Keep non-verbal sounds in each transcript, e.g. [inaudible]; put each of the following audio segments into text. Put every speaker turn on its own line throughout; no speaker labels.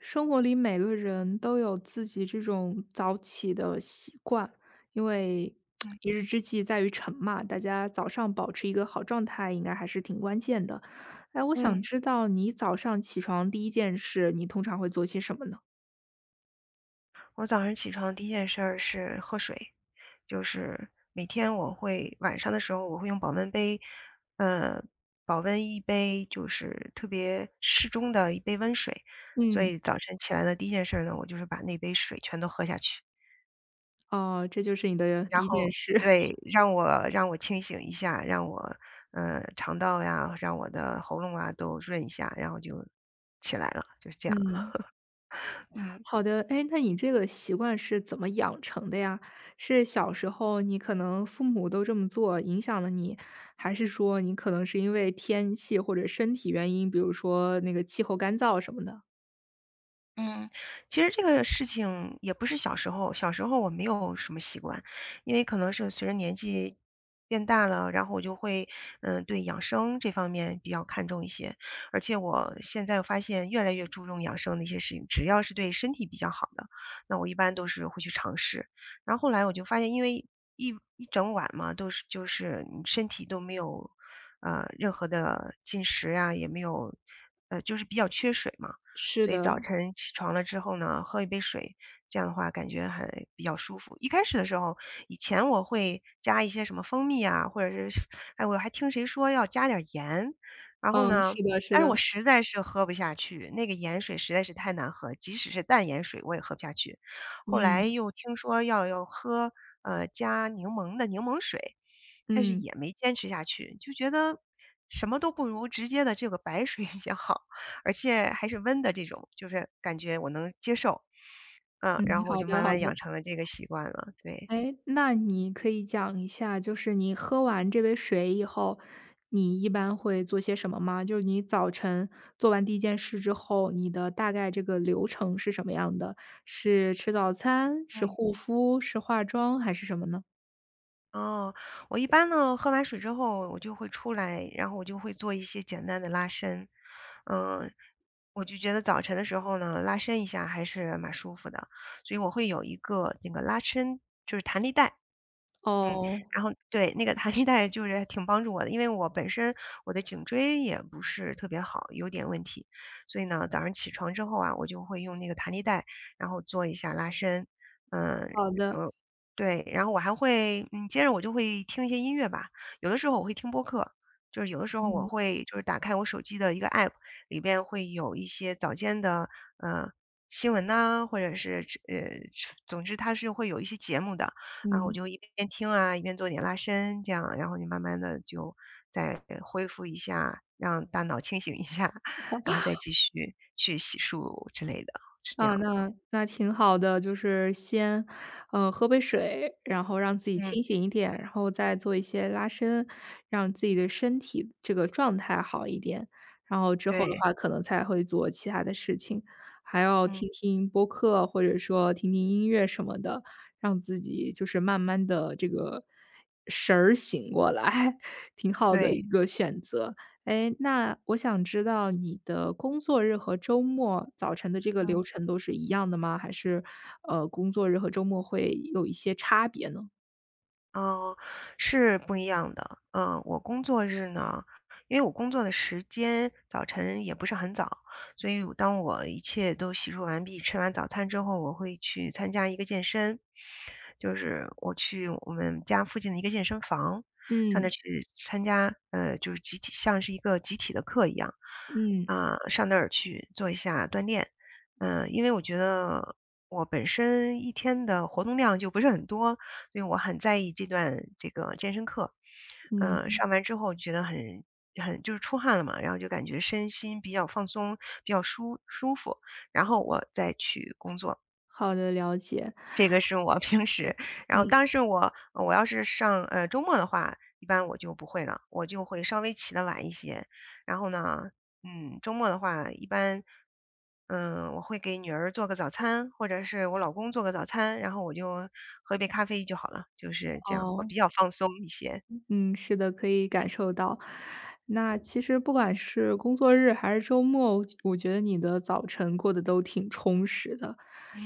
生活里每个人都有自己这种早起的习惯，因为
嗯
[tsk] 一日之计在于晨嘛，大家早上保持一个好状态，应该还是挺关键的。哎，我想
嗯，
知道你早上起床第一件事，你通常会做些什么呢？
我早上起床第一件事儿是喝水，就是每天晚上的时候我会用保温杯，呃，保温一杯就是特别适中的一杯温水，所
嗯，
以早晨起来的第一件事儿呢，我就是把那杯水全都喝下去，
哦，这就是你的
然
第一
后
件事。[laughs]
对，让我清醒一下，让我肠道呀，让我的喉咙啊都润一下，然后就起来了，就是这样了，
嗯，
嗯。
好的。哎，那你这个习惯是怎么养成的呀？是小时候你可能父母都这么做影响了你，还是说你可能是因为天气或者身体原因，比如说那个气候干燥什么的？
嗯，其实这个事情也不是小时候，小时候我没有什么习惯，因为可能是随着年纪变大了，然后我就会，嗯，对养生这方面比较看重一些，而且我现在发现越来越注重养生的一些事情，只要是对身体比较好的，那我一般都是会去尝试。然后后来我就发现，因为一整晚嘛，都是就是你身体都没有，任何的进食呀、也没有，就是比较缺水嘛。
是
所以
的，
早晨起床了之后呢，喝一杯水，这样的话感觉还比较舒服。一开始的时候，以前我会加一些什么蜂蜜啊，或者是哎，我还听谁说要加点儿盐，然后
嗯，
呢，
是的，是
但是
的，
我实在是喝不下去，那个盐水实在是太难喝，即使是淡盐水我也喝不下去。后来
嗯，
又听说要喝加柠檬的柠檬水，但是
嗯，
也没坚持下去，就觉得什么都不如直接的这个白水 [laughs] 比较好，而且还是温的这种，就是感觉我能接受。嗯，
嗯，
然后我
好
就
的，
慢
好
慢养
的。
成了这个习惯了。对，
哎，那你可以讲一下，就是你喝完这杯水以后，你一般会做些什么吗？就是你早晨做完第一件事之后，你的大概这个流程是什么样的？是吃早餐，是
嗯
护肤，是化妆，还是什么呢？
哦，我一般呢喝完水之后，我就会出来，然后我就会做一些简单的拉伸。嗯，我就觉得早晨的时候呢，拉伸一下还是蛮舒服的，所以我会有一个那个拉伸，就是弹力带。嗯，
哦，
然后对，那个弹力带就是挺帮助我的，因为我本身我的颈椎也不是特别好，有点问题，所以呢，早上起床之后啊，我就会用那个弹力带，然后做一下拉伸，嗯，
好的，
呃，对，然后我还会，嗯，接着我就会听一些音乐吧，有的时候我会听播客，就是有的时候我
嗯。
会就是打开我手机的一个 app，里边会有一些早间的，呃，新闻呐、或者是总之它是会有一些节目的。啊，我
嗯，
就一边听啊，一边做点拉伸，这样，然后你慢慢的就再恢复一下，让大脑清醒一下，[laughs] 然后
[laughs]
再继续去洗漱之类的，是这样
啊，
的。
那挺好的，就是先，喝杯水，然后让自己
嗯，
清醒一点，然后再做一些拉伸，让自己的身体这个状态好一点，然后之后的
对，
话可能才会做其他的事情，还要
嗯，
听听播客或者说听听音乐什么的，让自己就是慢慢的这个神儿醒过来，[laughs] 挺好的一
对，
个选择。哎，那我想知道你的工作日和周末早晨的这个流
嗯。
程都是一样的吗？还是，工作日和周末会有一些差别呢？
哦，是不一样的。嗯，我工作日呢，因为我工作的时间早晨也不是很早，所以我当我一切都洗漱完毕、吃完早餐之后，我会去参加一个健身，就是我去我们家附近的一个健身房，上那儿
嗯，
去参加，就是集体，像是一个集体的课一样，
嗯，
啊、上那儿去做一下锻炼。嗯，因为我觉得我本身一天的活动量就不是很多。所以我很在意这个健身课。嗯，
嗯。
上完之后觉得很就是出汗了嘛，然后就感觉身心比较放松，比较舒服，然后我再去工作。
好的，了解。
这个是我 [laughs] 平时，然后
嗯。
当时我要是周末的话，一般我就不会了，我就会稍微起得晚一些。然后呢，嗯，周末的话一般。嗯，我会给女儿做个早餐，或者是我老公做个早餐，然后我就喝一杯咖啡就好了，就是这样，我
哦，
比较放松一些。
嗯，是的，可以感受到。那其实不管是工作日还是周末，我觉得你的早晨过得都挺充实的。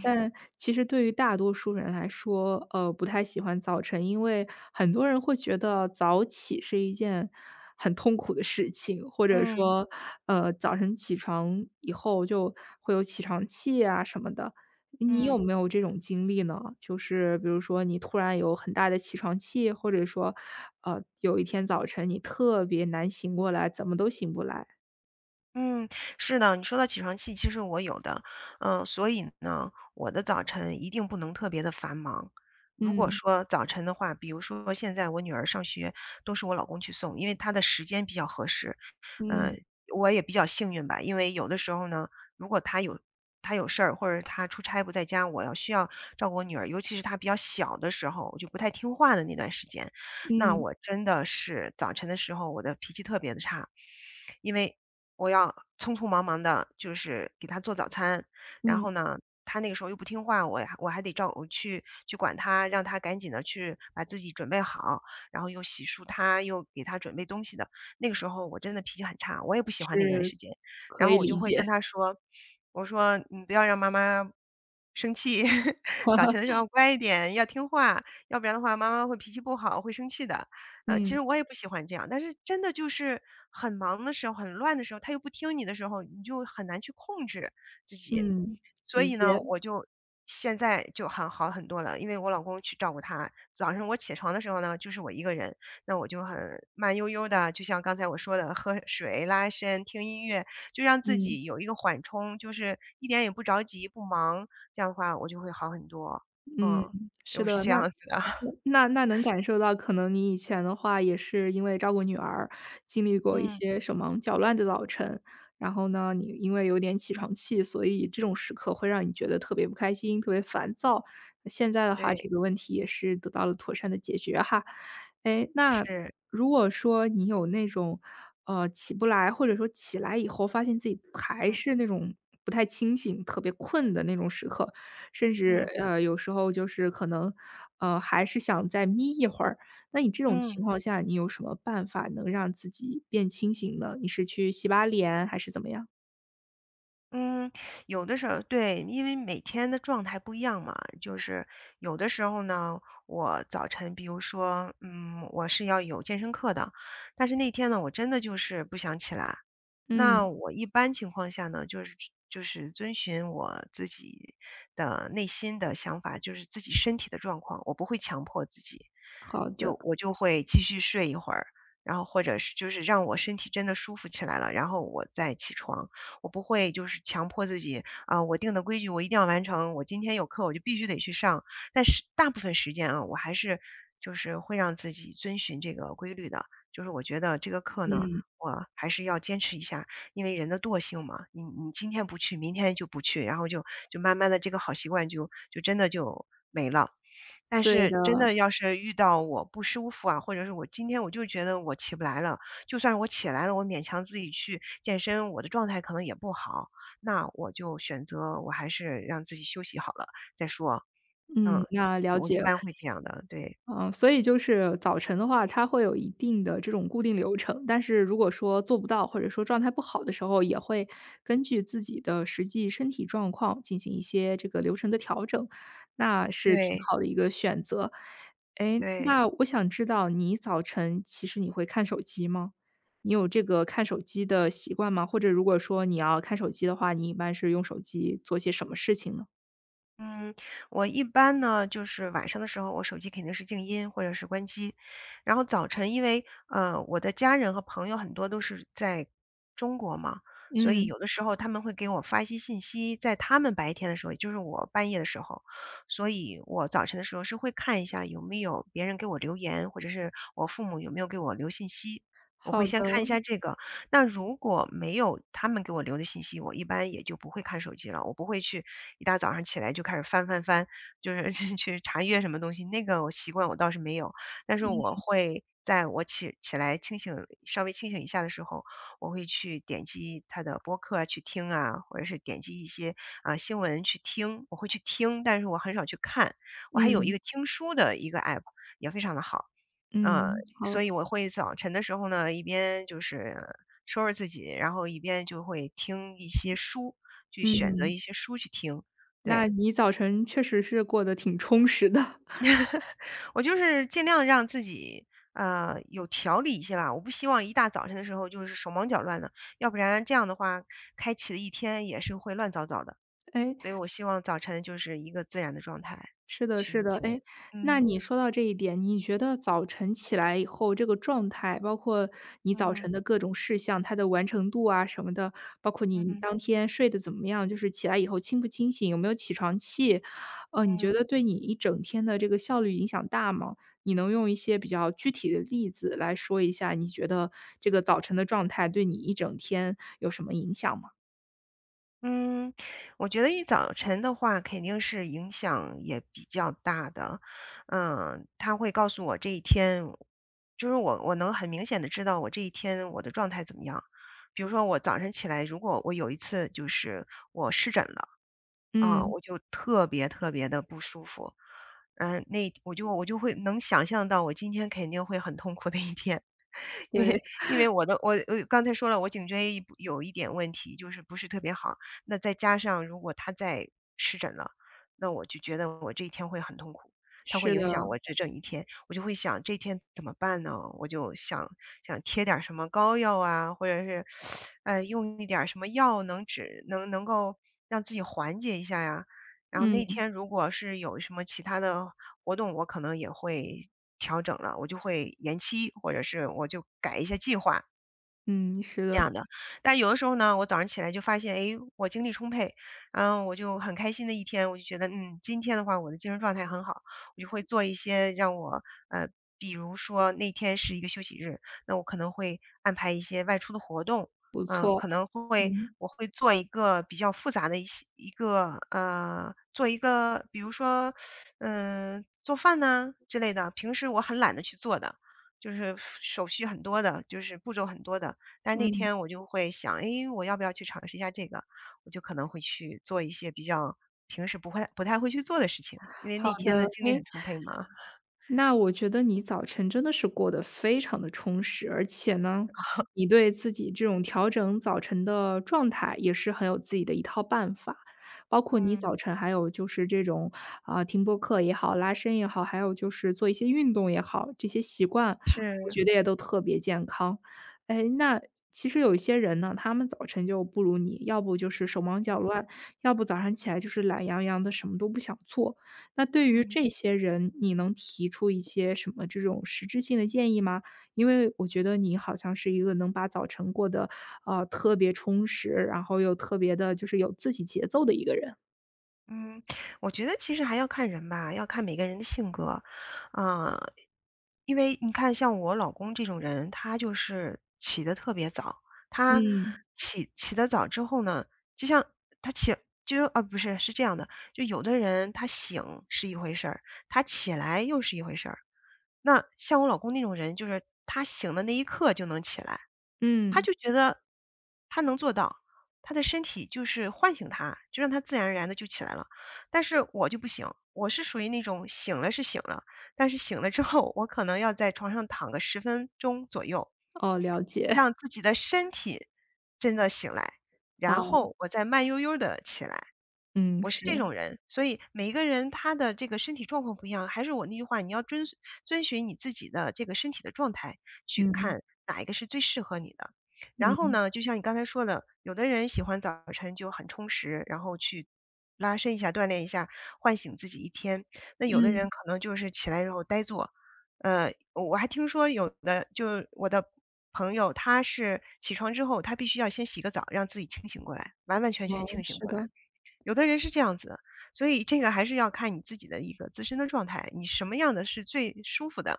但其实对于大多数人来说，不太喜欢早晨，因为很多人会觉得早起是一件很痛苦的事情，或者
嗯
说，早晨起床以后就会有起床气啊什么的。你有
嗯。
没有这种经历呢？就是比如说你突然有很大的起床气，或者说，有一天早晨你特别难醒过来，怎么都醒不来。
嗯，是的，你说到起床气，其实我有的，嗯，所以呢，我的早晨一定不能特别的繁忙。如果
嗯，
说早晨的话，比如说现在我女儿上学都是我老公去送，因为他的时间比较合适，嗯，
嗯，
我也比较幸运吧，因为有的时候呢，如果他有事儿或者他出差不在家，我需要照顾我女儿，尤其是她比较小的时候，就不太听话的那段时间，那
嗯，
我真的是早晨的时候我的脾气特别的差。因为我要匆匆忙忙的，就是给他做早餐。然后
嗯，
呢，他那个时候又不听话，我还得照我去去管他，让他赶紧的去把自己准备好，然后又洗漱他，又给他准备东西的。那个时候我真的脾气很差，我也不喜欢那段
是，
时间。然
可
后
以
我就
理
会
解。
跟他说，我说你不要让妈妈。生气，[laughs] 早晨的时
[laughs]
候要乖一点，要听话，要不然的话，妈妈会脾气不好，会生气的。其实
嗯，
我也不喜欢这样，但是真的就是很忙的时候、很乱的时候，他又不听你的时候，你就很难去控制自己。
嗯，
所
理
以
解，
呢，我就现在就很好很多了，因为我老公去照顾他。早上我起床的时候呢，就是我一个人，那我就很慢悠悠的，就像刚才我说的，喝水、拉伸、听音乐，就让自
嗯。
己有一个缓冲，就是一点也不着急、不忙，这样的话我就会好很多。
嗯，
嗯，
是
我是
的，
这样
那
子的，[laughs]
那能感受到，可能你以前的话也是因为照顾女儿，经历过一
嗯，
些手忙脚乱的早晨，然后呢，你因为有点起床气，所以这种时刻会让你觉得特别不开心、特别烦躁。现在的话，这
对，
个问题也是得到了妥善的解决哈。哎，那
是，
如果说你有那种起不来，或者说起来以后发现自己还
嗯。
是那种不太清醒、特别困的那种时刻，甚至，
嗯
有时候就是可能，还是想再眯一会儿。那你这种
嗯
情况下，你有什么办法能让自己变清醒呢？你是去洗把脸还是怎么样？
嗯，有的时候对，因为每天的状态不一样嘛，就是有的时候呢，我早晨，比如说，嗯，我是要有健身课的，但是那天呢，我真的就是不想起来。那
嗯，
我一般情况下呢，就是遵循我自己的内心的想法，就是自己身体的状况，我不会强迫自己，
好的，
就我就会继续睡一会儿。然后或者是就是让我身体真的舒服起来了，然后我再起床。我不会就是强迫自己啊，我定的规矩我一定要完成，我今天有课我就必须得去上。但是大部分时间啊，我还是就是会让自己遵循这个规律的，就是我觉得这个课呢，
嗯，
我还是要坚持一下，因为人的惰性嘛，你今天不去，明天就不去，然后就慢慢的这个好习惯就真的就没了。但
对
是真
的，
的要是遇到我不舒服啊，或者是我今天我就觉得我起不来了，就算是我起来了，我勉强自己去健身，我的状态可能也不好，那我就选择我还是让自己休息好了再说。嗯，
嗯，那了
我一
解了，
般会这样的，对，
嗯，所以就是早晨的话，它会有一定的这种固定流程，但是如果说做不到，或者说状态不好的时候，也会根据自己的实际身体状况进行一些这个流程的调整，那是挺
对，
好的一个选择。诶，
对。
那我想知道你早晨其实你会看手机吗？你有这个看手机的习惯吗？或者如果说你要看手机的话，你一般是用手机做些什么事情呢？
嗯，我一般呢，就是晚上的时候，我手机肯定是静音或者是关机。然后早晨，因为我的家人和朋友很多都是在中国嘛，所以
嗯，
有的时候他们会给我发一些信息，在他们白天的时候，也就是我半夜的时候，所以我早晨的时候是会看一下有没有别人给我留言，或者是我父母有没有给我留信息，我会
好
先
的，
看一下这个。那如果没有他们给我留的信息，我一般也就不会看手机了，我不会去一大早上起来就开始翻翻翻，就是 [laughs] 去查阅什么东西，那个我习惯我倒是没有，但是我会在我起来稍微清醒一下的时候，我会去点击他的播客啊去听啊，或者是点击一些新闻去听，我会去听，但是我很少去看。我还有一
嗯，
个听书的一个 app，也非常的好。嗯，
嗯，
所
好，
以我会早晨的时候呢，一边就是收拾自己，然后一边就会听一些书，去选择
嗯。
一些书去听。对，
那你早晨确实是过得挺充实的。[laughs]
我就是尽量让自己，有条理一些吧。我不希望一大早晨的时候就是手忙脚乱的，要不然这样的话，开启的一天也是会乱糟糟的。
哎，
所以我希望早晨就是一个自然的状态
是的
去
是
迎
的。
接。
哎，那
嗯
你说到这一点，你觉得早晨起来以后这个状态，包括你早
嗯
晨的各种事项，它的完成度啊什么的，包括你
嗯
当天睡得怎么样，就是起来以后清不清醒，有没有起床气，你觉
嗯。
得对你一整天的这个效率影响大吗？你能用一些比较具体的例子来说一下，你觉得这个早晨的状态对你一整天有什么影响吗？
嗯，我觉得一早晨的话，肯定是影响也比较大的。嗯，他会告诉我这一天，就是我能很明显的知道我这一天我的状态怎么样。比如说我早晨起来，如果我有一次就是我湿疹了啊，
嗯，
我就特别特别的不舒服。嗯，那我就会能想象到我今天肯定会很痛苦的一天。[laughs] 因
对。
为因为我的我刚才说了，我颈椎一部有一点问题，就是不是特别好。那再加上如果它再湿疹了，那我就觉得我这一天会很痛苦，它会
是
影响
的，
我这整一天。我就会想这一天怎么办呢？我就想贴点儿什么膏药啊，或者是，用一点儿什么药能止能能够让自己缓解一下呀。然后那
嗯，
天如果是有什么其他的活动我可能也会调整了，我就会延期，或者是我就改一下计划。
嗯，是的，
但有的时候呢，我早上起来就发现，哎，我精力充沛，嗯，我就很开心的一天，我就觉得，嗯，今天的话，我的精神状态很好，我就会做一些让我，呃，比如说那天是一个休息日，那我可能会安排一些外出的活动，
不
嗯，
错，
可能会
嗯，
我会做一个比较复杂的一些一个呃，做一个比如说，做饭呐、之类的，平时我很懒得去做的，就是手续很多的，就是步骤很多的。但那
嗯，
天我就会想，诶，我要不要去尝试一下这个？我就可能会去做一些比较平时不太会去做的事情，因为
好
那天
的。
的精力很
哎，
充沛嘛。
那我觉得你早晨真的是过得非常的充实，而且呢，你对自己这种调整早晨的状态也是很有自己的一套办法。包括你
嗯，
早晨还有就是这种，啊，听播客也好，拉伸也好，还有就是做一些运动也好，这些习惯
是。
我觉得也都特别健康。哎，那其实有一些人呢，他们早晨就不如你，要不就是手忙脚乱，要不早上起来就是懒洋洋的，什么都不想做。那对于
嗯。
这些人，你能提出一些什么这种实质性的建议吗？因为我觉得你好像是一个能把早晨过得，啊特别充实，然后又特别的就是有自己节奏的一个人。
嗯，我觉得其实还要看人吧，要看每个人的性格，啊、因为你看，像我老公这种人，他就是起得特别早，他
嗯。
起得早之后呢，就像他起，就啊不是，是这样的，就有的人他醒是一回事儿，他起来又是一回事儿。那像我老公那种人，就是他醒的那一刻就能起来。他
嗯，
就觉得他能做到，他的身体就是唤醒他，就让他自然而然的就起来了。但是我就不行，我是属于那种醒了是醒了，但是醒了之后，我可能要在床上躺个10分钟左右，
哦，了解，
让自己的身体真的醒来，然
哦，
后我再慢悠悠的起来。
嗯，
我
是，
是这种人，所以每一个人他的这个身体状况不一样，还是我那句话，你要遵循你自己的这个身体的状态去
嗯，
看哪一个是最适合你的。然后
嗯，
呢，就像你刚才说的，有的人喜欢早晨就很充实，然后去拉伸一下、锻炼一下，唤醒自己一天。那有的人
嗯，
可能就是起来之后呆坐，我还听说有的就我的朋友，他是起床之后，他必须要先洗个澡，让自己清醒过来，完完全全
哦，
清醒
是
过来。
的，
有的人是这样子的，所以这个还是要看你自己的一个自身的状态，你什么样的是最舒服的，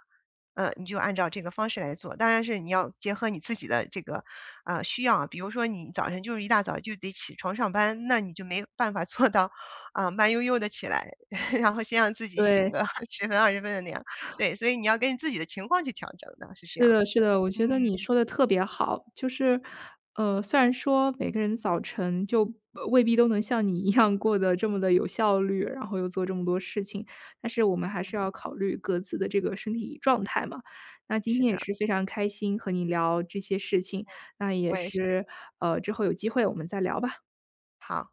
你就按照这个方式来做。当然是你要结合你自己的这个需要啊，比如说你早晨就是一大早就得起床上班，那你就没办法做到慢悠悠的起来，[laughs] 然后先让自己醒
对。
个 [laughs] 10分20分的那样。对，所以你要根据自己的情况去调整的，是这
是
样
的，
子
是
的。
的，我
嗯，
觉得你说的特别好。就是，虽然说每个人早晨就未必都能像你一样过得这么的有效率，然后又做这么多事情，但是我们还是要考虑各自的这个身体状态嘛。那今
是
天也
的，
是非常开心和你聊这些事情，那也
我也是。
是，之后有机会我们再聊吧。
好。